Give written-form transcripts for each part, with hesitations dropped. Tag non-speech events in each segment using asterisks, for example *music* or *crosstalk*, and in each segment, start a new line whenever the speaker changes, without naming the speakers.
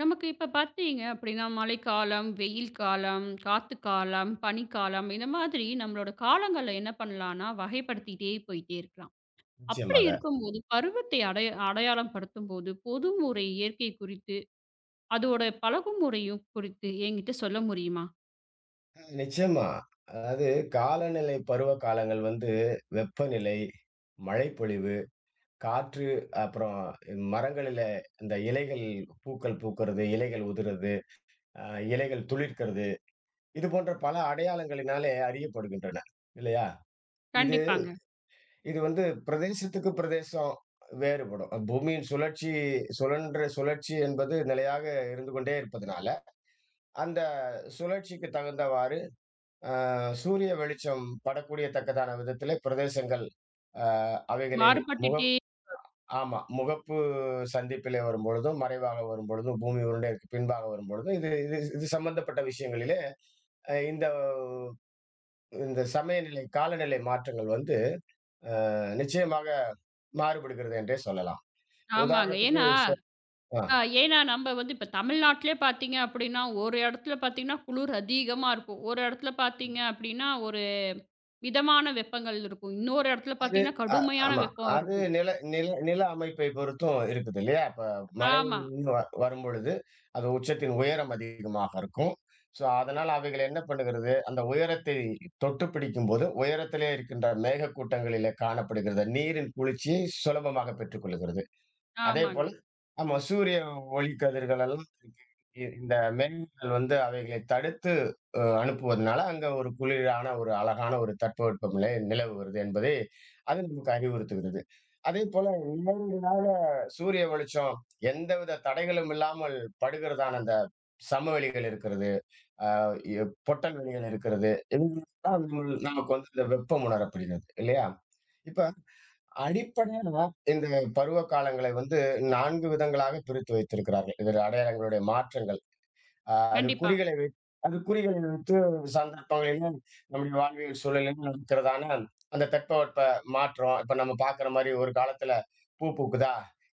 நமக்கு இப்ப பார்த்தீங்க அப்படின்னா, மழைக்காலம், வெயில் காலம், காத்து காலம், பனிக்காலம் இந்த மாதிரி நம்மளோட காலங்கள்ல என்ன பண்ணலாம்னா, வகைப்படுத்திட்டே போயிட்டே இருக்கலாம். அப்படி
நிச்சயமாக.
இருக்கும்போது பருவத்தை அடைய அடையாளம் படுத்தும்போது, பொதுமுறை இயற்கை குறித்து, அதோட பழகும் முறையும் குறித்து என்கிட்ட சொல்ல முடியுமா?
நிச்சயமா. அதாவது காலநிலை, பருவ காலங்கள் வந்து வெப்பநிலை, மழைப்பொழிவு, காற்று, அப்புறம் மரங்களில இந்த இலைகள் பூக்கள் பூக்கிறது, இலைகள் உதிர்றது, அ இலைகள் துளிர்க்கிறது. இது போன்ற பல அடையாளங்களினாலே அறியப்படுகின்றன. இல்லையா? இது
கண்டிப்பாங்க.
இது வந்து பிரதேசத்துக்கு பிரதேசம் வேறுபடும். பூமியின் சுழற்சி சுழன்ற சுழற்சி என்பது நிலையாக இருந்து கொண்டே இருப்பதனால, அந்த சுழற்சிக்கு தகுந்தவாறு அ சூரிய வெளிச்சம் படக்கூடிய தக்கதான விதத்திலே பிரதேசங்கள் அ அவைகளை முகப்
மாறுபட்டுட்டே
ஆமா. முகப்பு சந்திப்பிலே வரும்பொழுதும், மறைவாக வரும்பொழுதும், பூமி உருண்டைக்கு பின்பாக வரும்பொழுதும், இது இது இது சம்பந்தப்பட்ட விஷயங்களிலே இந்த இந்த சமயநிலை, காலநிலை மாற்றங்கள் வந்து நிச்சயமாக மாறுபடுகிறது என்றே சொல்லலாம்.
ஆமாங்க.
உதாரணத்துக்கு
ஏன்னா
ஆ.
அ ஏன்னா நம்ம வந்து இப்ப தமிழ்நாட்டிலே பார்த்தீங்க அப்படின்னா, ஒரு இடத்துல பார்த்தீங்கன்னா குளிர் அதிகமா இருக்கும். ஒரு இடத்துல பார்த்தீங்க அப்படின்னா மிதமான வெப்பங்கள் இருக்கும். இன்னொரு இடத்துல
அது
பார்த்தீங்கன்னா,
அ
கடுமையான
ஆமா.
வெப்பம்
அது
இருக்கும்.
நில நில நில அமைப்பை பொறுத்தும் இருக்குது இல்லையா? இப்ப மலை
ஆமா,
வரும்பொழுது, அது உச்சத்தின் உயரம் அதிகமாக இருக்கும். ஸோ, அதனால அவைகள் என்ன பண்ணுகிறது, அந்த உயரத்தை தொட்டு பிடிக்கும்போது, உயரத்திலே இருக்கின்ற மேகக்கூட்டங்களிலே காணப்படுகிற நீரின் குளிர்ச்சியை சுலபமாக பெற்றுக்கொள்கிறது.
ஆமாங்க.
அதேபோல ஆமா, சூரிய ஒளி கதிர்கள் எல்லாம் இருக்கு. இந்த மேகங்கள் வந்து அவைகளை தடுத்து அனுப்புவதனால, அங்க ஒரு குளிரான ஒரு அழகான ஒரு தட்பவெப்பநிலை நிலவுகிறது என்பதை அது நமக்கு அறிவுறுத்துகிறது. அதேபோல நேரடியாக சூரிய வெளிச்சம் எந்தவித தடைகளும் இல்லாமல் படுகிறதான அந்த சமவெளிகள் இருக்கிறது. அ எ பொட்டல் வெளிகள் இருக்கிறது. இவங்களாம் நமக்கு வந்து இந்த வெப்பம் உணரப்படுகிறது இல்லையா? இப்ப அடிப்படையா இந்த பருவ காலங்களை வந்து 4 விதங்களாக பிரித்து வைத்திருக்கிறார்கள். இதில் அடையாளங்களுடைய மாற்றங்கள். அ அது
கண்டிப்பா,
குறிகளை வைத் அது குறிகளை வைத்து சந்தர்ப்பங்களிலும், நம்முடைய வாழ்வியல் சூழலிலும் நடக்கிறதான அந்த தட்பவெட்ப மாற்றம். இப்ப நம்ம பார்க்கிற மாரி ஒரு காலத்துல பூக்குதா,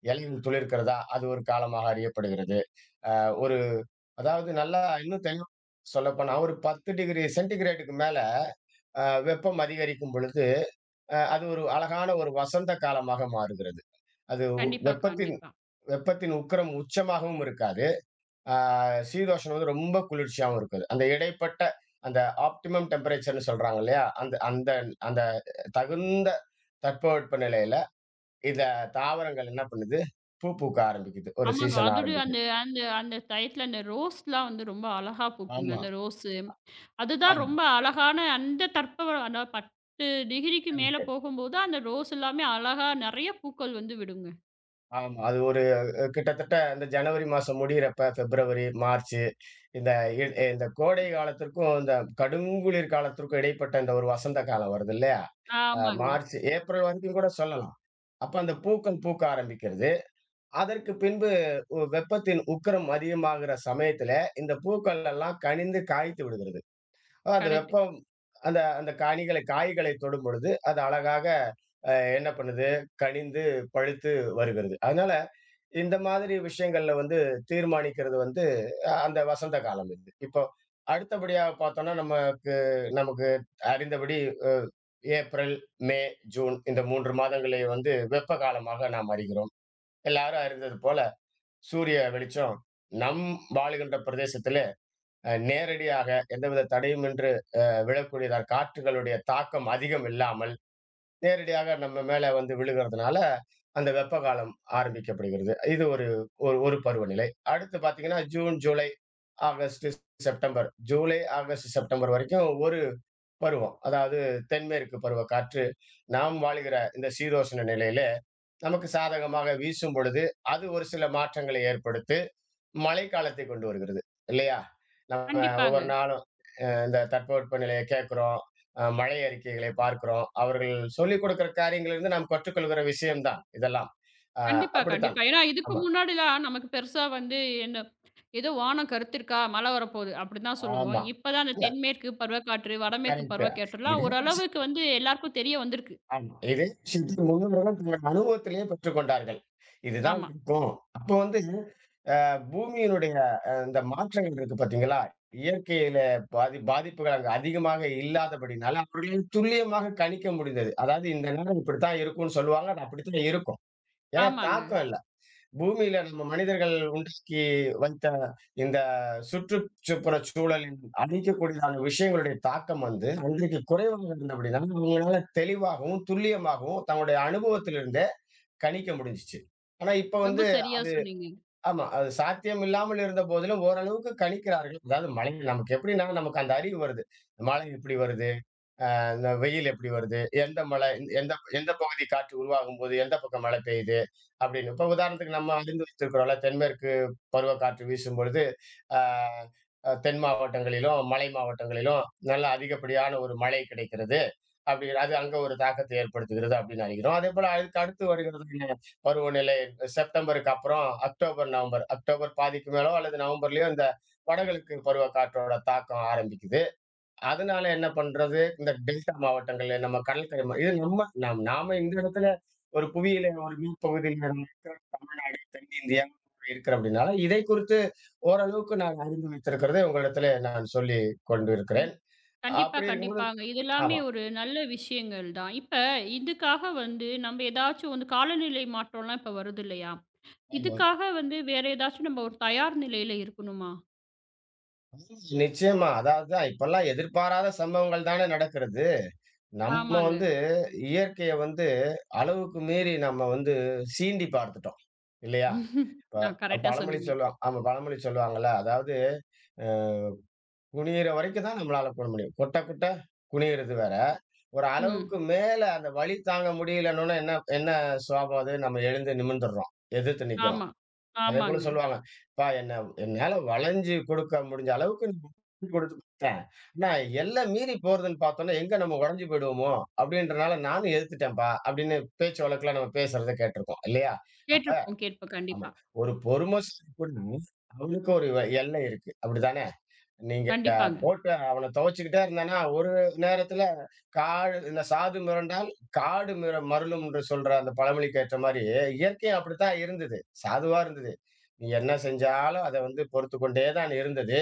இலைகள் துளிர்க்கிறதா, அது ஒரு காலமாக அறியப்படுகிறது. அ ஒரு அதாவது நல்லா இன்னும் தெளிவா சொல்லப்போனா ஒரு 10 டிகிரி சென்டிகிரேடுக்கு மேல அ வெப்பம் அதிகரிக்கும் பொழுது, அது ஒரு அழகான ஒரு வசந்த காலமாக மாறுகிறது. அது
கண்டிப்பா,
வெப்பத்தின்
கண்டிப்பா.
வெப்பத்தின் உக்கிரம் உச்சமாகவும் இருக்காது. ஆ சீதோஷணம் வந்து ரொம்ப குளிர்ச்சியாவும் இருக்குது. அந்த இடைப்பட்ட அந்த ஆப்டிமம் டெம்பரேச்சர்ன்னு சொல்றாங்க இல்லையா? அந்த அந்த அந்த தகுந்த தட்பவெட்ப நிலையில இத தாவரங்கள் என்ன பண்ணுது? பூக்க ஆரம்பிக்குது. ஒரு
ஆமாங்க.
சீசன்
அதுடு
ஆரம்பிக்குது.
அந்த அந்த அந்த டயத்துல அந்த ரோஸ்லாம் வந்து ரொம்ப அழகா பூக்குங்க.
ஆமா,
அந்த ரோஸு. அதுதான்
ஆமா.
ரொம்ப அழகான அந்த தட்பவெ அந்த 10 டிகிரிக்கு மேல
கரெக்ட்டு.
போகும்போது, அந்த ரோஸ் எல்லாமே அழகா நெறைய பூக்கள் வந்து விடுங்க.
ஆமா. அது ஒரு கிட்டத்தட்ட இந்த ஜனவரி மாசம் முடியிறப்ப பிப்ரவரி, மார்ச் இந்த இ இந்த கோடை காலத்திற்கும், இந்த கடுங்குளிர் காலத்திற்கும் இடைப்பட்ட இந்த ஒரு வசந்த காலம் வருது இல்லையா?
ஆமாங்க.
மார்ச், ஏப்ரல் வரைக்கும் கூட சொல்லலாம். அப்ப அந்த பூக்கள் பூக்க ஆரம்பிக்கிறது. அதற்கு பின்பு வெப்பத்தின் உக்கிரம் அதிகமாகிற சமயத்தில, இந்த பூக்கள் எல்லாம் கனிந்து காய்த்து விடுகிறது. அப்ப அந்த
கரெக்ட்டு.
வெப்பம் அந்த அந்த கனிகளை காய்களை தொடும்பொழுது, அது அழகாக அ என்ன பண்ணுது? கனிந்து பழுத்து வருகிறது. அதனால இந்த மாதிரி விஷயங்கள்ல வந்து தீர்மானிக்கிறது வந்து அந்த வசந்த காலம் இது. இப்போ அடுத்தபடியா பார்த்தோம்னா, நமக்கு நமக்கு அறிந்தபடி அ ஏப்ரல், மே, ஜூன் இந்த 3 மாதங்களை வந்து வெப்ப காலமாக நாம் அறிகிறோம். எல்லாரும் அறிந்தது போல சூரிய வெளிச்சம் நம் வாழுகின்ற பிரதேசத்திலே நேரடியாக எந்தவித தடையுமின்றி விழக்கூடியதால் காற்றுகளுடைய தாக்கம் அதிகம் இல்லாமல் நேரடியாக நம்ம மேல வந்து விழுகிறதுனால, அந்த வெப்ப காலம் ஆரம்பிக்கப்படுகிறது. இது ஒரு ஒரு ஒரு பருவநிலை. அடுத்து பார்த்தீங்கன்னா, June, July, August, September. July, August, September வரைக்கும் ஒரு பருவம். அதாவது தென்மேற்கு பருவக்காற்று நாம் வாழுகிற இந்த சீதோஷ்ண நிலையிலே நமக்கு சாதகமாக வீசும் பொழுது, அது ஒரு சில மாற்றங்களை ஏற்படுத்து, மழைக்காலத்தை கொண்டு வருகிறது. இல்லையா? நம்ம
கண்டிப்பாங்க.
ஒவ்வொரு நாளும் இந்த தட்பவெப்ப நிலையை கேட்கிறோம். மழை அறிக்கைகளை பார்க்கிறோம். அவர்கள் சொல்லிக் கொடுக்கிற காரியங்களிலிருந்து நாம் கற்றுக்கொள்கிற விஷயம் தான் இதெல்லாம். அ
கண்டிப்பா,
அப்படித்தான்.
கண்டிப்பா. ஏன்னா இதுக்கு
ஆமா,
முன்னாடிலாம் நமக்கு பெருசா வந்து என்ன ஏதோ வானம் கருத்திருக்கா, மழை வரப்போகுது அப்படின்னு தான் சொல்லுவோம்.
ஆமா.
இப்பதான் அந்த
இல்ல,
தென்மேற்கு பருவக்காற்று, வடமேற்கு
கரெக்ட்டு.
பருவக்காற்றுலாம்
இதே விஷயம்
ஓரளவுக்கு வந்து எல்லாருக்கும் தெரிய வந்திருக்கு.
ஆமா. இதே விஷயத்தை முன்னோர்களும் தங்கள் அனுபவத்திலேயே பெற்றுக்கொண்டார்கள். இதுதான்
ஆமா.
இருக்கும். அப்போ வந்து பூமியினுடைய இந்த மாற்றங்கள் இருக்கு பார்த்தீங்களா? இயற்கையில பாதிப்புகள் அங்க அதிகமாக இல்லாதபடினால, அவர்களால் துல்லியமாக கணிக்க முடிந்தது. அதாவது இந்த நேரம் இப்படித்தான் இருக்கும்னு சொல்லுவாங்க. அது அப்படித்தான் இருக்கும். ஏன்னா
ஆமாங்க.
தாக்கம் இல்ல. பூமியில நம்ம மனிதர்கள் உண்டாக்கி வைத்த இந்த சுற்றுச்சுப்புற சூழலில் அழிக்கக்கூடியதான விஷயங்களுடைய தாக்கம் வந்து அன்றைக்கு குறைவாக இருந்தபடினால அவங்களால தெளிவாகவும், துல்லியமாகவும் தங்களுடைய அனுபவத்திலிருந்தே கணிக்க முடிஞ்சுச்சு. ஆனா இப்ப
ரொம்ப
வந்து
சரியா
அது
சொன்னீங்க.
ஆமா. அது சாத்தியம் இல்லாமல் இருந்த போதிலும் ஓரளவுக்கு கணிக்கிறார்கள். அதாவது மழை நமக்கு எப்படின்னா நமக்கு அந்த அறிவு வருது. மழை இப்படி வருது. அந்த வெயில் எப்படி வருது? எந்த எந்த பகுதி காற்று உருவாகும்போது, எந்த பக்கம் மழை பெய்யுது? அப்படின்னு. இப்ப உதாரணத்துக்கு நம்ம அறிந்து வைத்திருக்கிறோம்ல, தென்மேற்கு பருவக்காற்று வீசும்பொழுது, ஆ அ தென் மாவட்டங்களிலும், மலை மாவட்டங்களிலும் நல்ல அதிகப்படியான ஒரு மழை கிடைக்கிறது. அப்படி அது அங்க ஒரு தாக்கத்தை ஏற்படுத்துகிறது அப்படின்னு அறிகிறோம். அதேபோல அதுக்கு அடுத்து வருகிறது என்ன பருவநிலை? செப்டம்பருக்கு அப்புறம் அக்டோபர், நவம்பர். அக்டோபர் பாதிக்கு மேலோ அல்லது நவம்பர்லயோ இந்த வடகிழக்கு பருவக்காற்றோட தாக்கம் ஆரம்பிக்குது. அதனால என்ன பண்றது? இந்த டெல்டா மாவட்டங்கள்ல நம்ம கடற்கரை மா இது நம்ம நாம் நாம இந்த இடத்துல ஒரு புவியியல ஒரு மீள்பகுதியில இருக்கிற தமிழ்நாடு, தென்னிந்தியா இருக்கிறோம் அப்படின்னால, இதை குறித்து ஓரளவுக்கு நான் அறிந்து வைத்திருக்கிறதை உங்களிடத்திலே நான் சொல்லிக்
கண்டி
கொண்டிருக்கிறேன்.
கண்டிப்பா,
அப்படி இருக்கும்போது
கண்டிப்பாங்க. இது எல்லாமே
ஆமா,
ஒரு நல்ல விஷயங்கள் தான். இப்ப இதுக்காக வந்து நம்ம ஏதாச்சும் வந்து காலநிலை மாற்றம்லாம் இப்ப வருது இல்லையா?
ஆமா.
இதுக்காக வந்து வேற ஏதாச்சும் நம்ம ஒரு தயார் நிலையில இருக்கணுமா?
நிச்சயமா. அதாவது தான் இப்பல்லாம் எதிர்பாராத சம்பவங்கள் தானே நடக்கிறது. நம்ம
ஆமாங்க.
வந்து இயற்கைய வந்து அளவுக்கு மீறி நம்ம வந்து சீண்டி பார்த்துட்டோம். இல்லையா?
*laughs*
இப்ப
ஆ கரெக்ட்டா
பழமொழி
சொன்னீங்க.
சொல்லுவாங்க, ஆமா பழமொழி சொல்லுவாங்கல்ல, அதாவது அ குனியிற வரைக்கும் தான் நம்மளால பண்ண முடியும். கொட்ட கொட்ட குனியிறது வேற. ஒரு
ம்.
அளவுக்கு மேல அந்த வலி தாங்க முடியலன்னோன என்ன என்ன சுவாபம் அது? நம்ம எழுந்து நிமிர்ந்துர்றோம். எதிர்த்து நிக்கிறோம்.
ஆமா.
அதேபோல
ஆமாங்க.
சொல்லுவாங்க. "அப்பா, என்ன என்னால வளைஞ்சு கொடுக்க முடிஞ்ச அளவுக்கு நீ குடுத்தேன். ஆனா எல்லை மீறி போறதுன்னு பார்த்தோம்னா, எங்க நம்ம உடைஞ்சு போயிடுவோமோ! அப்பிடின்றனால நானும் எதிர்த்துட்டேன்ப்பா!" அப்பிடின்னு பேச்சு வழக்குல நம்ம பேசுறத கேட்டுருக்கோம். இல்லயா! அப்ப
கேட்டுருப்போம், கேட்போம்.
ஆமா.
கண்டிப்பா.
ஒரு பொறுமைசாலி கூட அவனுக்கு ஒரு எல்லை இருக்கு. அப்பிடிதானே! நீங்க
கண்டிப்பாங்க.
போட்டு அவன துவைச்சுக்கிட்டே இருந்தேன்னா, ஒரு நேரத்துல காடு இந்த சாது மிரண்டால் காடு மிர மருளும் என்று சொல்ற அந்த பழமொழிக்கு ஏற்ற மாரி, இயற்கையும் அப்படித்தான் இருந்தது. சாதுவா இருந்தது. நீ என்ன செஞ்சாலும் அத வந்து பொறுத்துக்கொண்டே தான் இருந்தது.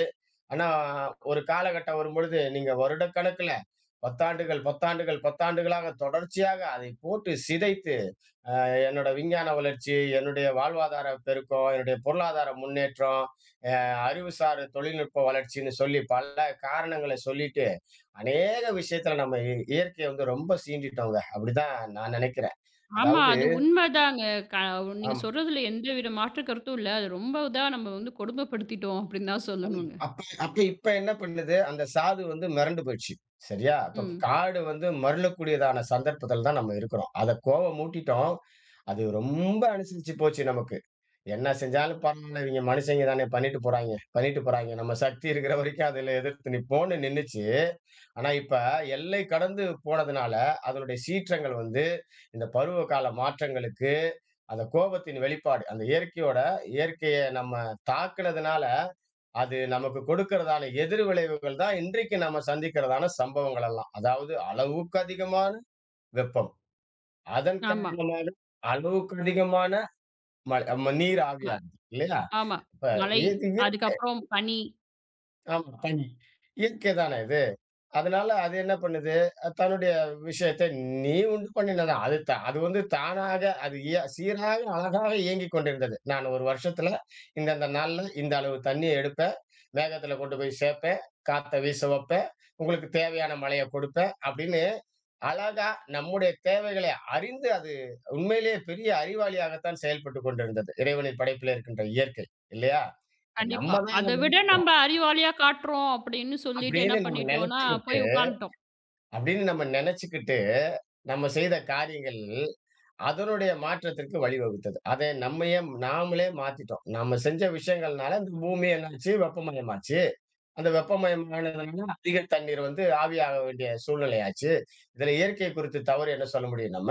ஆனா, ஒரு காலகட்டம் வரும்பொழுது நீங்க வருடக்கணக்குல, பத்தாண்டுகள், பத்தாண்டுகள், பத்தாண்டுகளாக தொடர்ச்சியாக அதை போட்டு சிதைத்து அ என்னோட விஞ்ஞான வளர்ச்சி, என்னுடைய வாழ்வாதார பெருக்கம், என்னுடைய பொருளாதார முன்னேற்றம், அ அறிவுசார் தொழில்நுட்ப வளர்ச்சின்னு சொல்லி பல காரணங்கள சொல்லிட்டு, அநேக விஷயத்துல நம்ம இயற்கைய வந்து ரொம்ப சீண்டிட்டோங்க. அப்படிதான் நான் நினைக்கிறேன்.
ஆமா,
அதாவது
அது உண்மதாங்க. க நீங்க
ஆமா.
சொல்றதுல எந்தவித மாற்று கருத்தும் இல்ல. அது ரொம்ப இதா நம்ம வந்து கொடுமைப்படுத்திட்டோம் அப்படின்னு தான்
ஆமா.
சொல்லணுங்க.
அப்ப அப்ப இப்ப என்ன பண்ணுது? அந்த சாது வந்து மிரண்டு போயிடுச்சு. சரியா? அப்ப
ம்.
காடு வந்து மருளக்கூடியதான சந்தர்ப்பத்துல தான் நம்ம இருக்கிறோம். அத கோவம் மூட்டிட்டோம். அது ரொம்ப அனுசரிச்சு போச்சு நமக்கு. என்ன செஞ்சாலும் பரவால்ல. இவங்க மனுஷங்க தானே பண்ணிட்டு போறாய்ங்க, பண்ணிட்டு போறாய்ங்க. நம்ம சக்தி இருக்கிற வரைக்கும் அதுல எதிர்த்து நிப்போம்னு நின்னுச்சு. ஆனா இப்ப எல்லை கடந்து போனதுனால, அதனுடைய சீற்றங்கள் வந்து இந்த பருவகால மாற்றங்களுக்கு, அந்த கோபத்தின் வெளிப்பாடு. அந்த இயற்கையோட இயற்கைய நம்ம தாக்குனதுனால அது நமக்கு கொடுக்கிறதான எதிர் விளைவுகள் தான் இன்றைக்கு நம்ம சந்திக்கிறதான சம்பவங்கள் எல்லாம். அதாவது அளவுக்கு அதிகமான வெப்பம். அதன்
ஆமா.
காரணமாக அளவுக்கு அதிகமான மழை. நம்ம நீர்
ம
ஆவியாகுது இல்லையா?
ஆமா.
இப்ப
மழை,
இது இயற்
அதுக்கப்புறம் பனி.
ஆமா, தண்ணி. இயற்கை தானே இது. அதனால அது என்ன பண்ணுது? தன்னுடைய விஷயத்தை நீ உண்டு பண்ணினது அது வந்து தானாக அது இய சீராக, அழகாக இயங்கிக் கொண்டிருந்தது. நான் 1 வருஷத்துல இந்தந்த நாள்ல இந்த அளவு தண்ணீய எடுப்பேன். மேகத்துல கொண்டு போய் சேர்ப்பேன். காத்த வீச வப்பேன். உங்களுக்கு தேவையான மழைய கொடுப்பேன். அப்படின்னு அழகா நம்முடைய தேவைகளை அறிந்து அது உண்மையிலேயே பெரிய அறிவாளியாகத்தான் செயல்பட்டுக் கொண்டிருந்தது. இறைவனின் படைப்பிலே இருக்கின்ற இயற்கை இல்லையா? இப்ப
கண்டிப்பா.
நம்ம தான்
அத
நம்ம
விட நம்ம அறிவாளியா காட்டுறோம் அப்படின்னு சொல்லிட்டு என்ன
அப்படின்னு நம்ம
பண்ணிட்டோம்னா,
நினைச்சுக்கிட்டு
போய் உட்காந்துட்டோம்.
அப்படின்னு நம்ம நினைச்சுக்கிட்டு நம்ம செய்த காரியங்கள் அதனுடைய மாற்றத்திற்கு வழிவகுத்தது. அதை நாமளே மாத்திட்டோம். நம்ம செஞ்ச விஷயங்கள்னால இந்த பூமி என்னாச்சு, வெப்பமயமாச்சு. அந்த வெப்பமயமானதுனால அதிக தண்ணீர் வந்து ஆவியாக வேண்டிய சூழ்நிலை ஆச்சு. இதுல இயற்கை குறித்து தவறு என்ன சொல்ல முடியும் நம்ம?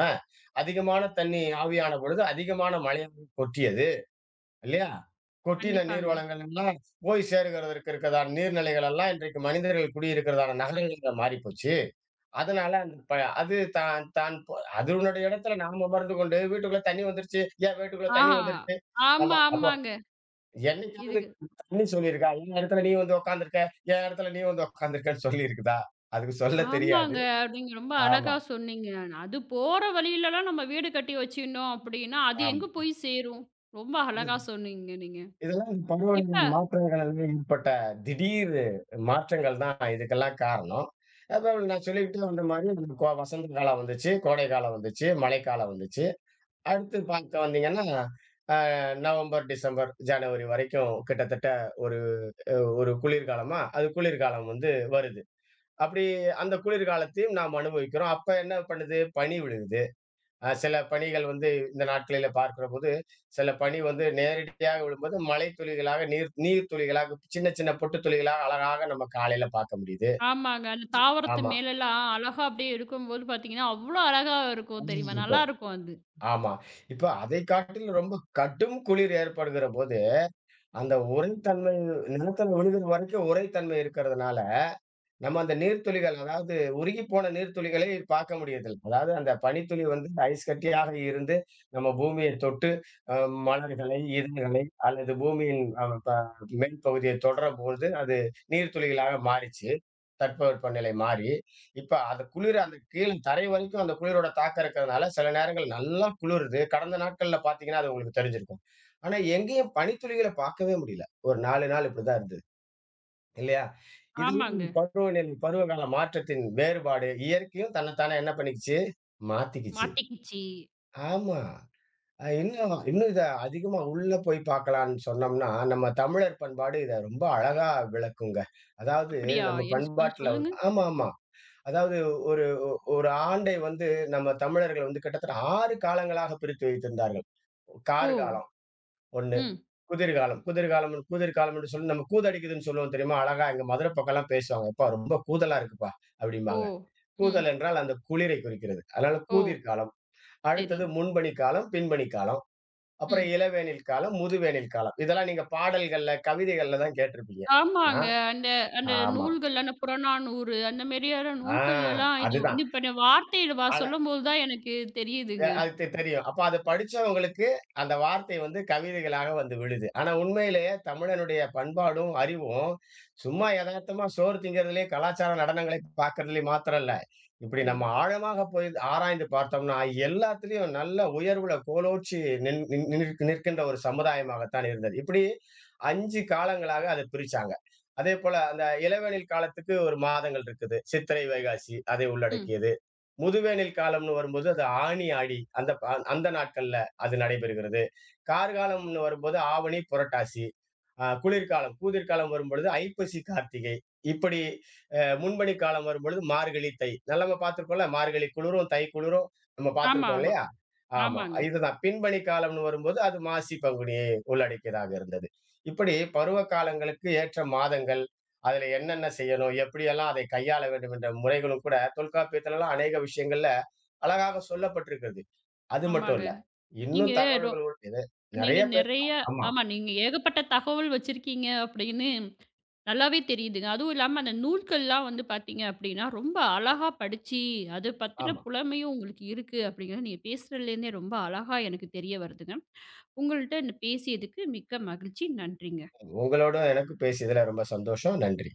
அதிகமான தண்ணி ஆவியான பொழுது அதிகமான மழை கொட்டியது இல்லையா? கொட்டின நீர்
கண்டிப்பாங்க.
வளங்கள் எல்லாம் போய் சேருகிறதற்கு இருக்கிறதான நீர்நிலைகள் எல்லாம் இன்றைக்கு மனிதர்கள் குடியிருக்கிறதான நகரங்கள்ல மாறிப்போச்சு. அதனால அந்த ப அது தான் தான் போ அதனுடைய இடத்துல நாம் அமர்ந்து கொண்டு வீட்டுக்குள்ள தண்ணி வந்துருச்சு, ஏன் வீட்டுக்குள்ள தண்ணி
ஆஹா.
வந்துருச்சு. ஆமா.
ஆமா,
அப்போ
ஆமாங்க.
என்னைக்காவது
இதுக்கு
தண்ணி சொல்லியிருக்கா? என் இடத்துல நீ வந்து உட்கார்ந்திருக்க, என் இடத்துல நீ வந்து உட்கார்ந்திருக்கன்னு சொல்லியிருக்குதா? அதுக்கு சொல்ல தெரியாது.
ஆமாங்க. நீங்க ரொம்ப
ஆமா,
அழகா சொன்னீங்க. அது போற வழியிலலாம் நம்ம வீடு கட்டி வச்சுருந்தோம் அப்படின்னா, அது
ஆமா.
எங்க போய் சேரும்? ரொம்ப அழகா
இது
சொன்னீங்க நீங்க.
இதெல்லாம் இந்த பருவநிலை
இப்ப
மாற்றங்கள்ல ஏற்பட்ட திடீர் மாற்றங்கள் தான் இதுக்கெல்லாம் காரணம். அப்ப நான் சொல்லிக்கிட்டே வந்த மாரி, வசந்த காலம் வந்துச்சு, கோடை காலம் வந்துச்சு, மழைக்காலம் வந்துச்சு. அடுத்து பார்க்க வந்தீங்கன்னா, அ நவம்பர், டிசம்பர், ஜனவரி வரைக்கும் கிட்டத்தட்ட ஒரு அ ஒரு குளிர்காலமா, அது குளிர்காலம் வந்து வருது. அப்படி அந்த குளிர்காலத்தையும் நாம் அனுபவிக்கிறோம். அப்ப என்ன பண்ணுது? பனி விழுகுது. சில பனிகள் வந்து இந்த நாட்களில பார்க்கிறபோது, சில பனி வந்து நேரடியாக விழும்போது மழை துளிகளாக, நீர் நீர் துளிகளாக, சின்ன சின்ன பொட்டு துளிகளா அழகாக நம்ம காலையில பார்க்க முடியுது.
ஆமாங்க. அந்த தாவரத்து
ஆமா.
மேலலாம் அழகா அப்படியே இருக்கும்போது பார்த்தீங்கன்னா, அவ்ளோ அழகா இருக்கும் தெரியுமா?
இருக்கும்.
நல்லாருக்கும் அது.
ஆமா. இப்ப அதை காட்டிலும் ரொம்ப கடும் குளிர் ஏற்படுகிறபோது அந்த உரைத்தன்மை நிலத்துல விழுகிறது வரைக்கும் உரைத்தன்மை இருக்கிறதுனால, நம்ம அந்த நீர்த்துளிகள் அதாவது உருகிப்போன நீர்த்துளிகளை பார்க்க முடியதில்லை. அதாவது அந்த பனித்துளி வந்து ஐஸ் கட்டியாக இருந்து, நம்ம பூமிய தொட்டு அ மலர்களை, இதழ்களை அல்லது பூமியின் அ ப மேல் பகுதியை தொடரபோது, அது நீர்த்துளிகளாக மாறிச்சு. தட்பவெப்பநிலை மாறி. இப்ப அது குளிர அந்த கீழ் தரை வரைக்கும் அந்த குளிரோட தாக்கம் இருக்கிறதுனால, சில நேரங்கள் நல்லா குளிருது. கடந்த நாட்கள்ல பார்த்தீங்கன்னா, அது உங்களுக்கு தெரிஞ்சிருக்கும். ஆனா எங்கேயும் பனித்துளிகள பார்க்கவே முடியல. ஒரு 4 நாள் இப்படிதான் இருந்தது. இல்லையா? இதுதான்
ஆமாங்க.
இந்த பருவநிலை பருவகால மாற்றத்தின் வேறுபாடு. இயற்கையும் தன்னைத்தானே என்ன பண்ணிக்கிச்சு? மாத்திக்கிச்சு.
மாட்டிக்கிச்சி.
ஆமா. இன்னும் இன்னும் இத அதிகமா உள்ள போய் பார்க்கலான்னு சொன்னோம்னா, நம்ம தமிழர் பண்பாடு இத ரொம்ப அழகா விளக்குங்க. அதாவது
அப்படியா?
நம்ம
என்ஸ் கொஞ்சம்
பண்பாட்டுல
சொல்லுங்க.
வந்து ஆமாமா. அதாவது ஒரு ஒ ஒரு ஆண்டை வந்து நம்ம தமிழர்கள் வந்து கிட்டத்தட்ட 6 காலங்களாக பிரித்து வைத்திருந்தார்கள்.
ஓ!
கார்காலம் 1,
ம்.
குதிர்காலம் குதிர்காலம் குதிர்காலம் என்று சொல்லி நம்ம கூதடிக்குதுன்னு சொல்லுவோம் தெரியுமா? அழகா எங்க மதுரை பக்கம்லாம் பேசுவாங்க. "எப்பா ரொம்ப கூதலா இருக்குப்பா"
ஓ!
அப்படிம்பாங்க.
ம்.
கூதல் என்றால் அந்த குளிரை குறிக்கிறது. அதனால
ஓ!
கூதிர் காலம்.
சரி.
அடுத்தது முன்பனி காலம், பின்பனி காலம். அப்புறம்
ம்.
இளவேனில் காலம், முதுவேனில் காலம். இதெல்லாம் நீங்க பாடல்கள்ல, கவிதைகள்ல தான் கேட்டிருப்பீங்க.
ஆமாங்க.
நான்
அந்த அந்த
ஆமா.
நூல்கள், அந்த புறநானூறு அந்த மாரியான
ஆ
நூல்கள்லலாம் இது
அதுதான்.
வந்து இப்ப இந்த வார்த்தையில சொல்லும்போது தான் எனக்கு
அ
தெரியுதுங்க.
அது தெ தெரியும். அப்ப அத படிச்சவங்களுக்கு, அந்த வார்த்தை வந்து கவிதைகளாக வந்து விழுது. ஆனா உண்மையிலேயே தமிழனுடைய பண்பாடும், அறிவும் சும்மா எதார்த்தமா சோறு திங்கிறதுலயே, கலாச்சார நடனங்களை பார்க்கறதுலயும் மாத்திரம் இல்ல. இப்படி
ம்.
நம்ம ஆழமாக போய் ஆராய்ந்து பார்த்தோம்னா, எல்லாத்துலயும் நல்ல உயர்வுல கோலோச்சி நின் நின் நிற் நிற்கின்ற ஒரு சமுதாயமாகத்தான் இருந்தது. இப்படி 5 காலங்களாக அத பிரிச்சாங்க. அதேபோல அந்த இளவேனில் காலத்துக்கு ஒரு மாதங்கள் இருக்குது. சித்திரை, வைகாசி அதை
ம்.
உள்ளடக்கியது. முதுவேனில் காலம்னு வரும்போது அது ஆனி, ஆடி அந்த நாட்கள்ல அது நடைபெறுகிறது. கார்காலம்னு வரும்போது ஆவணி, புரட்டாசி. குளிர்காலம், கூதிர்காலம் வரும்பொழுது ஐப்பசி, கார்த்திகை. இப்படி முன்பனி காலம் வரும்பொழுது மார்கழி, தை. நல்லா நம்ம பார்த்திருக்கோம்ல. மார்கழி குளிரும், தை குளிரும் நம்ம
ஆமா,
பார்த்திருக்கோம்
ஆமா.
இல்லையா? ஆமா.
ஆமாங்க,
இதுதான். பின்பனி காலம்னு வரும்போது அது மாசி, பங்குனியை உள்ளடக்கியதாக இருந்தது. இப்படி பருவ காலங்களுக்கு ஏற்ற மாதங்கள் அதுல என்னென்ன செய்யணும்? எப்படியெல்லாம் அதை கையாள வேண்டும் என்ற முறைகளும் கூட தொல்காப்பியத்திலலாம் அநேக விஷயங்கள்ல அழகாக சொல்லப்பட்டிருக்கிறது. அது மட்டும்
ஆமாங்க.
இல்ல.
நீங்க
இன்னும்
ரொ
தகவல்கள் உள்ள- இது நெறைய
நீங்க நெறைய
பேசலாம். ஆமா,
ஆமா நீங்க ஏகப்பட்ட தகவல் வச்சிருக்கீங்க அப்படின்னு நல்லாவே தெரியுதுங்க. அதுவும் இல்லாம அந்த நூல்கள்லாம் வந்து பார்த்தீங்க அப்படின்னா, ரொம்ப அழகா படிச்சு, அது பத்தின
ஆமா.
புலமையும் உங்களுக்கு இருக்கு அப்படிங்கிறது நீங்க பேசுறதுலேருந்தே ரொம்ப அழகா எனக்கு தெரிய வருதுங்க. உங்கள்ட்ட பேசியதுக்கு மிக்க மகிழ்ச்சி. நன்றிங்க.
உங்களோட எனக்கு பேசியதுல ரொம்ப சந்தோஷம். நன்றி.